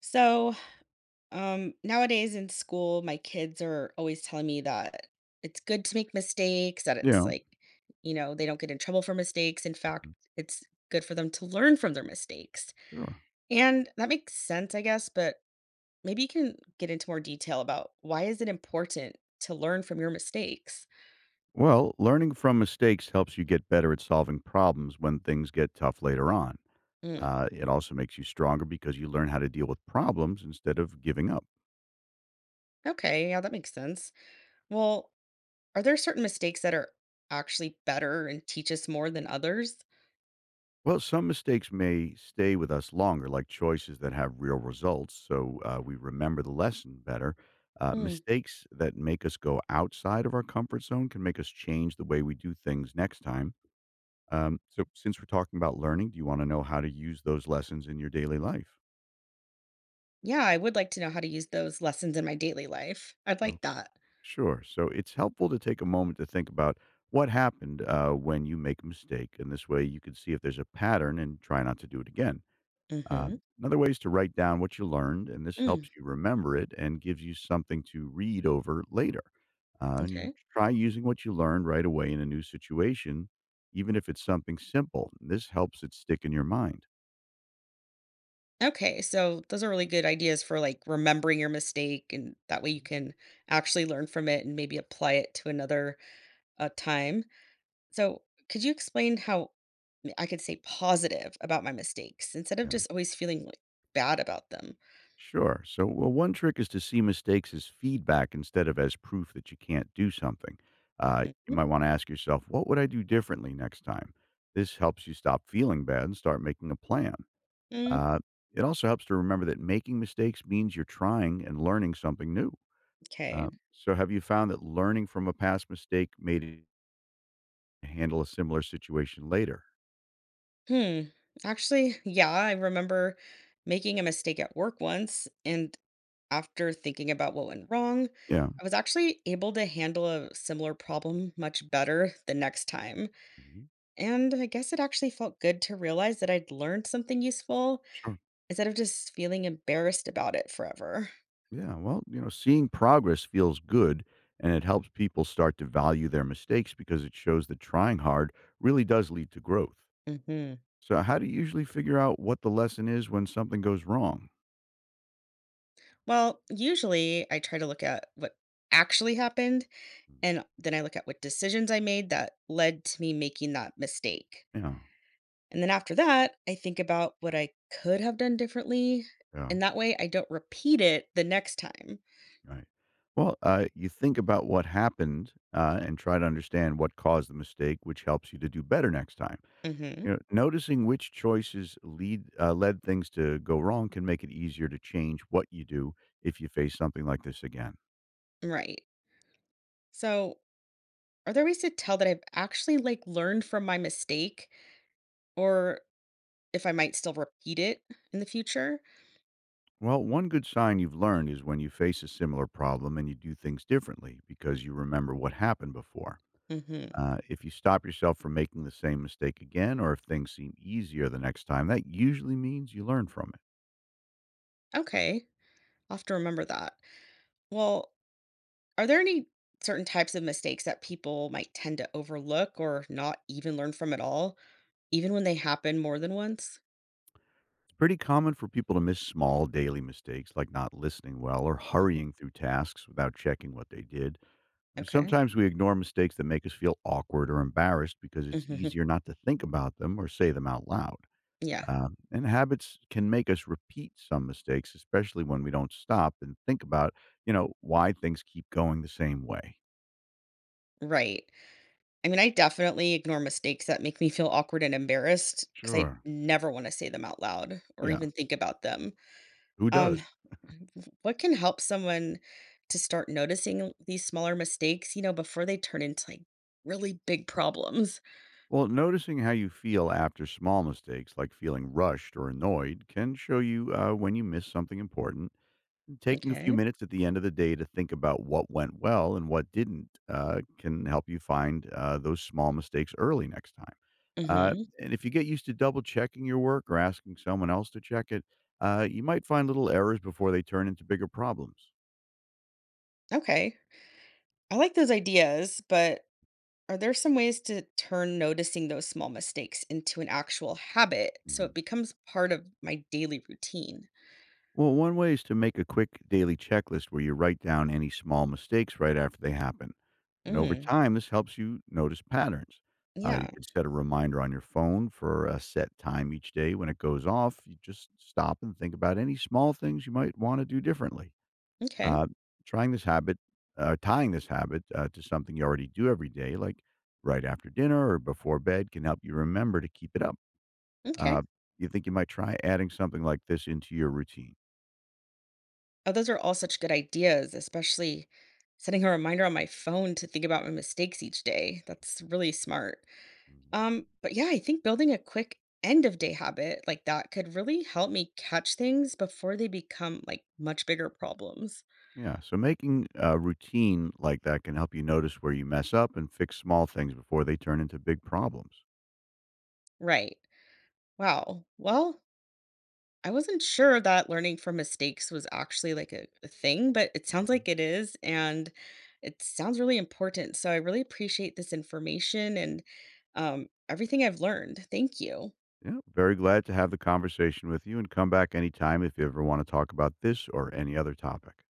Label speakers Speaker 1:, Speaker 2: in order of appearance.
Speaker 1: So, nowadays in school, my kids are always telling me that it's good to make mistakes, that it's
Speaker 2: Yeah.
Speaker 1: like, they don't get in trouble for mistakes. In fact,
Speaker 2: Mhm.
Speaker 1: it's good for them to learn from their mistakes.
Speaker 2: Sure.
Speaker 1: And that makes sense, I guess, but maybe you can get into more detail about why is it important to learn from your mistakes?
Speaker 2: Well, learning from mistakes helps you get better at solving problems when things get tough later on.
Speaker 1: Mm,
Speaker 2: It also makes you stronger because you learn how to deal with problems instead of giving up.
Speaker 1: okay, yeah, that makes sense. Well, are there certain mistakes that are actually better and teach us more than others?
Speaker 2: Well, some mistakes may stay with us longer, like choices that have real results, so we remember the lesson better.
Speaker 1: Hmm.
Speaker 2: Mistakes that make us go outside of our comfort zone can make us change the way we do things next time. So, since we're talking about learning, do you want to know how to use those lessons in your daily life?
Speaker 1: Yeah, I would like to know how to use those lessons in my daily life. I'd
Speaker 2: Oh,
Speaker 1: like that.
Speaker 2: sure. So it's helpful to take a moment to think about what happened when you make a mistake. And this way you can see if there's a pattern and try not to do it again. Uh,
Speaker 1: Mhm.
Speaker 2: Another way is to write down what you learned, and this
Speaker 1: Mm,
Speaker 2: helps you remember it and gives you something to read over later. And,
Speaker 1: okay.
Speaker 2: try using what you learned right away in a new situation, even if it's something simple. This helps it stick in your mind.
Speaker 1: Okay, so those are really good ideas for, like, remembering your mistake, and that way you can actually learn from it and maybe apply it to another time. So, could you explain how m I could stay positive about my mistakes instead of
Speaker 2: Yeah.
Speaker 1: just always feeling, like, bad about them?
Speaker 2: Sure. So, well, one trick is to see mistakes as feedback instead of as proof that you can't do something. You
Speaker 1: Mhm.
Speaker 2: might want to ask yourself, what would I do differently next time? This helps you stop feeling bad and start making a plan.
Speaker 1: Mm,
Speaker 2: Uh, it also helps to remember that making mistakes means you're trying and learning something new. Uh,
Speaker 1: m'kay.
Speaker 2: so, have you found that learning from a past mistake made it handle a similar situation later?
Speaker 1: Hmm. Actually, yeah, I remember making a mistake at work once, and after thinking about what went wrong,
Speaker 2: Yeah.
Speaker 1: I was actually able to handle a similar problem much better the next time.
Speaker 2: Mhm.
Speaker 1: And I guess it actually felt good to realize that I'd learned something useful
Speaker 2: Sure.
Speaker 1: instead of just feeling embarrassed about it forever.
Speaker 2: Yeah, well, seeing progress feels good and it helps people start to value their mistakes because it shows that trying hard really does lead to growth.
Speaker 1: Hmm.
Speaker 2: So, how do you usually figure out what the lesson is when something goes wrong?
Speaker 1: Well, usually I try to look at what actually happened,
Speaker 2: Mm.
Speaker 1: and then I look at what decisions I made that led to me making that mistake.
Speaker 2: Yeah,
Speaker 1: And then after that, I think about what I could have done differently.
Speaker 2: yeah,
Speaker 1: And that way I don't repeat it the next time.
Speaker 2: right. Well, you think about what happened and try to understand what caused the mistake, which helps you to do better next time.
Speaker 1: Hmm.
Speaker 2: You know, noticing which choices lead led things to go wrong can make it easier to change what you do if you face something like this again.
Speaker 1: Right. So, are there ways to tell that I've actually, like, learned from my mistake, or if I might still repeat it in the future?
Speaker 2: Well, one good sign you've learned is when you face a similar problem and you do things differently because you remember what happened before.
Speaker 1: Hmm.
Speaker 2: If you stop yourself from making the same mistake again, or if things seem easier the next time, that usually means you learn from it.
Speaker 1: Okay, I'll have to remember that. Well, are there any certain types of mistakes that people might tend to overlook or not even learn from at all, even when they happen more than once?
Speaker 2: It's pretty common for people to miss small daily mistakes like not listening well or
Speaker 1: Hmm.
Speaker 2: hurrying through tasks without checking what they did. I mean,
Speaker 1: Okay.
Speaker 2: sometimes we ignore mistakes that make us feel awkward or embarrassed because it's
Speaker 1: Hmm.
Speaker 2: easier not to think about them or say them out loud.
Speaker 1: Yeah.
Speaker 2: And habits can make us repeat some mistakes, especially when we don't stop and think about, why things keep going the same way.
Speaker 1: Right. I mean, I definitely ignore mistakes that make me feel awkward and embarrassed because I
Speaker 2: Sure.
Speaker 1: never want to say them out loud or
Speaker 2: Yeah.
Speaker 1: even think about them.
Speaker 2: Who does?
Speaker 1: Um, what can help someone to start noticing these smaller mistakes, before they turn into, like, really big problems?
Speaker 2: Well, noticing how you feel after small mistakes, like feeling rushed or annoyed, can show you when you miss something important. And taking a few
Speaker 1: Okay.
Speaker 2: minutes at the end of the day to think about what went well and what didn't can help you find those small mistakes early next time. Uh,
Speaker 1: Mm-hmm.
Speaker 2: and if you get used to double checking your work or asking someone else to check it, you might find little errors before they turn into bigger problems.
Speaker 1: Okay. I like those ideas, but are there some ways to turn noticing those small mistakes into an actual habit so
Speaker 2: Hmm.
Speaker 1: it becomes part of my daily routine?
Speaker 2: Well, one way is to make a quick daily checklist where you write down any small mistakes right after they happen. And over
Speaker 1: Mm.
Speaker 2: time, this helps you notice patterns. You
Speaker 1: Yeah.
Speaker 2: can set a reminder on your phone for a set time each day. When it goes off, you just stop and think about any small things you might want to do differently.
Speaker 1: Okay.
Speaker 2: Uh, trying this habit, Tying this habit to something you already do every day, like right after dinner or before bed, can help you remember to keep it up. Uh,
Speaker 1: Okay.
Speaker 2: you think you might try adding something like this into your routine?
Speaker 1: Oh, those are all such good ideas, especially setting a reminder on my phone to think about my mistakes each day. That's really smart. But yeah, I think building a quick end of day habit like that could really help me catch things before they become, like, much bigger problems.
Speaker 2: Yeah. So making a routine like that can help you notice where you mess up and fix small things before they turn into big problems.
Speaker 1: Right. Wow. Well, I wasn't sure that learning from mistakes was actually like a thing, but it sounds
Speaker 2: Mhm.
Speaker 1: like it is. And it sounds really important. So I really appreciate this information, and everything I've learned. Thank you.
Speaker 2: Yeah. Very glad to have the conversation with you and come back anytime if you ever want to talk about this or any other topic.